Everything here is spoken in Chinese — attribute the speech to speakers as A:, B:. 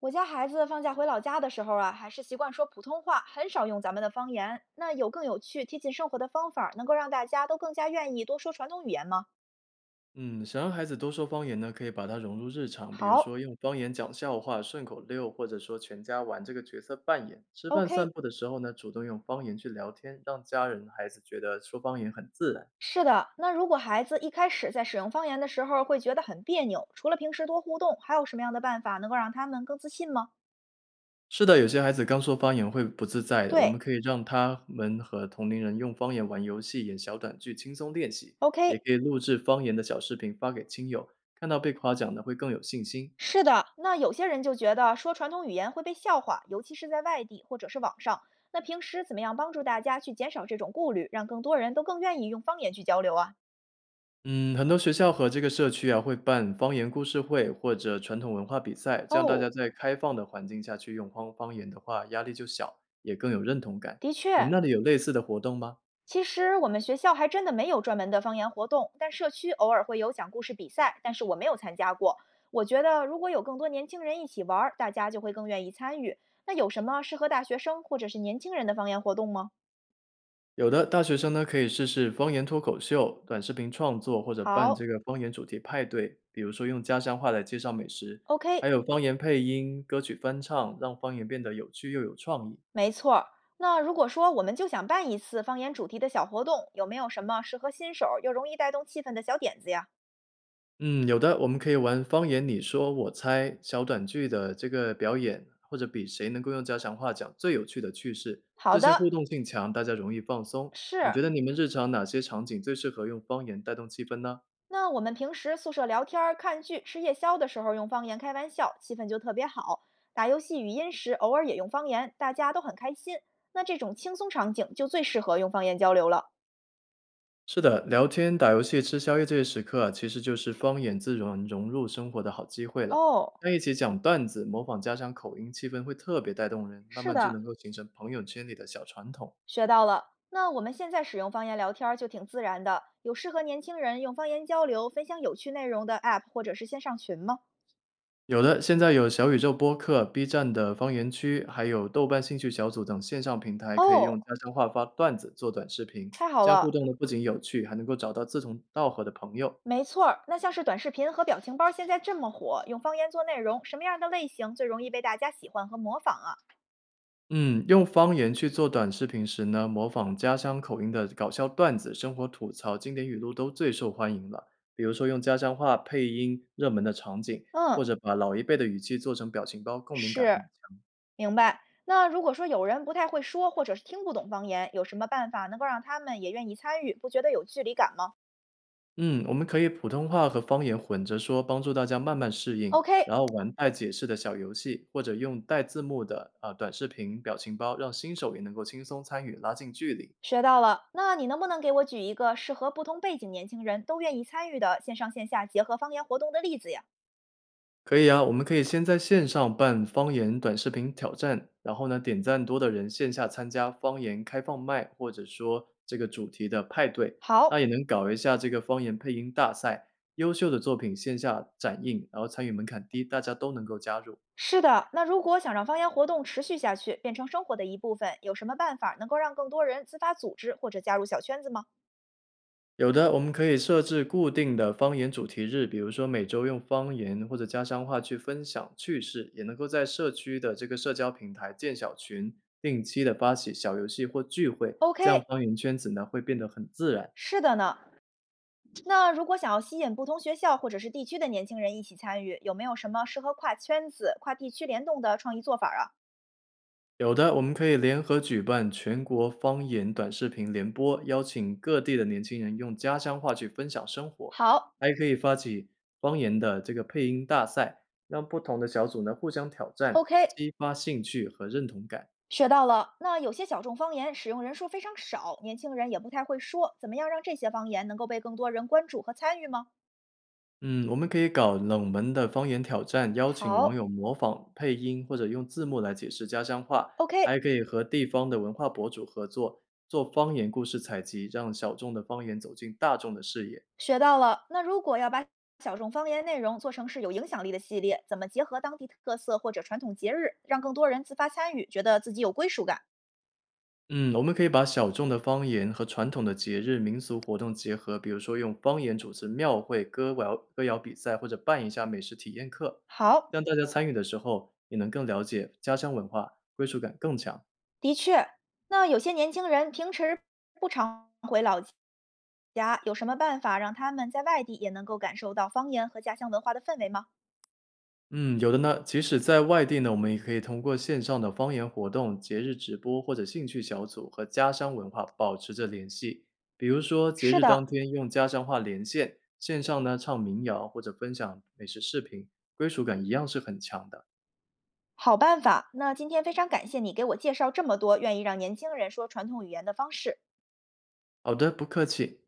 A: 我家孩子放假回老家的时候啊，还是习惯说普通话，很少用咱们的方言。那有更有趣、贴近生活的方法，能够让大家都更加愿意多说传统语言吗？
B: 嗯，想让孩子多说方言呢，可以把它融入日常，比如
A: 好
B: 说用方言讲笑话、顺口溜，或者说全家玩这个角色扮演。吃饭散
A: ，OK，
B: 步的时候呢，主动用方言去聊天，让家人孩子觉得说方言很自然。
A: 是的。那如果孩子一开始在使用方言的时候会觉得很别扭，除了平时多互动，还有什么样的办法能够让他们更自信吗？
B: 是的，有些孩子刚说方言会不自在的，我们
A: 对
B: 可以让他们和同龄人用方言玩游戏、演小短剧，轻松练习。也
A: ，OK。
B: 可以录制方言的小视频发给亲友，看到被夸奖呢，会更有信心。
A: 是的，那有些人就觉得说传统语言会被笑话，尤其是在外地或者是网上。那平时怎么样帮助大家去减少这种顾虑，让更多人都更愿意用方言去交流啊？
B: 嗯，很多学校和这个社区啊，会办方言故事会或者传统文化比赛，这样大家
A: 哦，
B: 在开放的环境下去用方方言的话，压力就小，也更有认同感。
A: 的
B: 你们
A: 确，
B: 那里有类似的活动吗？
A: 其实我们学校还真的没有专门的方言活动，但社区偶尔会有讲故事比赛，但是我没有参加过。我觉得如果有更多年轻人一起玩儿，大家就会更愿意参与。那有什么适合大学生或者是年轻人的方言活动吗？
B: 有的，大学生呢可以试试方言脱口秀、短视频创作，或者办这
A: 好
B: 个方言主题派对，比如说用家乡话来介绍美食，还
A: ，OK，
B: 有方言配音、歌曲翻唱，让方言变得有趣又有创意。
A: 没错儿。那如果说我们就想办一次方言主题的小活动，有没有什么适合新手儿又容易带动气氛的小点子呀？
B: 嗯，有的，我们可以玩方言你说我猜小短剧的这个表演，或者比谁能够用家乡话讲最有趣的趣事，
A: 好
B: 这些
A: 的，
B: 互动性强，大家容易放松。你
A: 是。
B: 觉得你们日常哪些场景最适合用方言带动气氛呢？
A: 那我们平时宿舍聊天儿、看剧、吃夜宵的时候用方言开玩笑，气氛就特别好。打游戏语音时偶尔也用方言，大家都很开心。那这种轻松场景就最适合用方言交流了。
B: 是的，聊天、打游戏、吃宵夜这些时刻啊，其实就是方言自然融入生活的好机会了。
A: 哦，
B: 在一起讲段子，模仿家乡口音，气氛会特别带动人，慢
A: 是
B: 慢就
A: 的，
B: 能够形成朋友圈里的小传统。
A: 学到了。那我们现在使用方言聊天儿就挺自然的，有适合年轻人用方言交流、分享有趣内容的 App 或者是线上群吗？
B: 有的，现在有小宇宙播客、B 站的方言区，还有豆瓣兴趣小组等线上平台，可以用
A: 哦，
B: 家乡话发段子、做短视频，
A: 太好
B: 这样互
A: 了，
B: 动呢不仅有趣，还能够找到志同道合的朋友。
A: 没错儿。那像是短视频和表情包儿现在这么火，用方言做内容，什么样的类型最容易被大家喜欢和模仿啊？
B: 嗯，用方言去做短视频时呢，模仿家乡口音的搞笑段子、生活吐槽、经典语录都最受欢迎了。比如说用家乡话配音热门的场景，或
A: 嗯，
B: 者把老一辈的语气做成表情包，共鸣感很
A: 是，明白。那如果说有人不太会说，或者是听不懂方言，有什么办法能够让他们也愿意参与，不觉得有距离感吗
B: 嗯，我们可以普通话和方言混着说，帮助大家慢慢适应，
A: ？OK，
B: 然后玩带解释的小游戏，或者用带字幕的啊、短视频、表情包，让新手也能够轻松参与，拉近距离。
A: 学到了，那你能不能给我举一个适合不同背景年轻人都愿意参与的线上线下结合方言活动的例子呀？
B: 可以啊，我们可以先在线上办方言短视频挑战，然后呢，点赞多的人线下参加方言开放麦，或者说这个主题的派对，那也
A: 好，
B: 能搞一下这个方言配音大赛，优秀的作品线下展映，然后参与门槛低，大家都能够加入。
A: 是的，那如果想让方言活动持续下去，变成生活的一部分，有什么办法能够让更多人自发组织或者加入小圈子吗
B: 有的，我们可以设置固定的方言主题日，比如说每周用方言或者家乡话去分享趣事，也能够在社区的这个社交平台建小群，定期的发起小游戏或聚会，这样
A: ？OK，
B: 方言圈子呢会变得很自然。
A: 是的呢。那如果想要吸引不同学校或者是地区的年轻人一起参与，有没有什么适合跨圈子、跨地区联动的创意做法啊？
B: 有的，我们可以联合举办全国方言短视频联播，邀请各地的年轻人用家乡话去分享生活，
A: 好
B: 还可以发起方言的这个配音大赛，让不同的小组呢互相挑战，
A: ，OK，
B: 激发兴趣和认同感。
A: 学到了。那有些小众方言使用人数非常少，年轻人也不太会说，怎么样让这些方言能够被更多人关注和参与吗？
B: 嗯，我们可以搞冷门的方言挑战，邀请网
A: 好
B: 友模仿配音或者用字幕来解释家乡话，
A: ，OK，
B: 还可以和地方的文化博主合作，做方言故事采集，让小众的方言走进大众的视野。
A: 学到了。那如果要把小众方言内容做成是有影响力的系列，怎么结合当地特色或者传统节日，让更多人自发参与，觉得自己有归属感？
B: 嗯，我们可以把小众的方言和传统的节日民俗活动结合，比如说用方言主持庙会、歌谣比赛，或者办一下美食体验课，
A: 好，
B: 让大家参与的时候也能更了解家乡文化，归属感更强。
A: 的确。那有些年轻人平时不常回老家，有什么办法让他们在外地也能够感受到方言和家乡文化的氛围吗？
B: 嗯，有的呢。即使在外地呢，我们也可以通过线上的方言活动、节日直播或者兴趣小组和家乡文化保持着联系。比如说，节
A: 是
B: 日当
A: 的，
B: 天用家乡话连线，线上呢唱民谣或者分享美食视频，归属感一样是很强的。
A: 好办法，那今天非常感谢你给我介绍这么多愿意让年轻人说传统语言的方式。
B: 好的，不客气。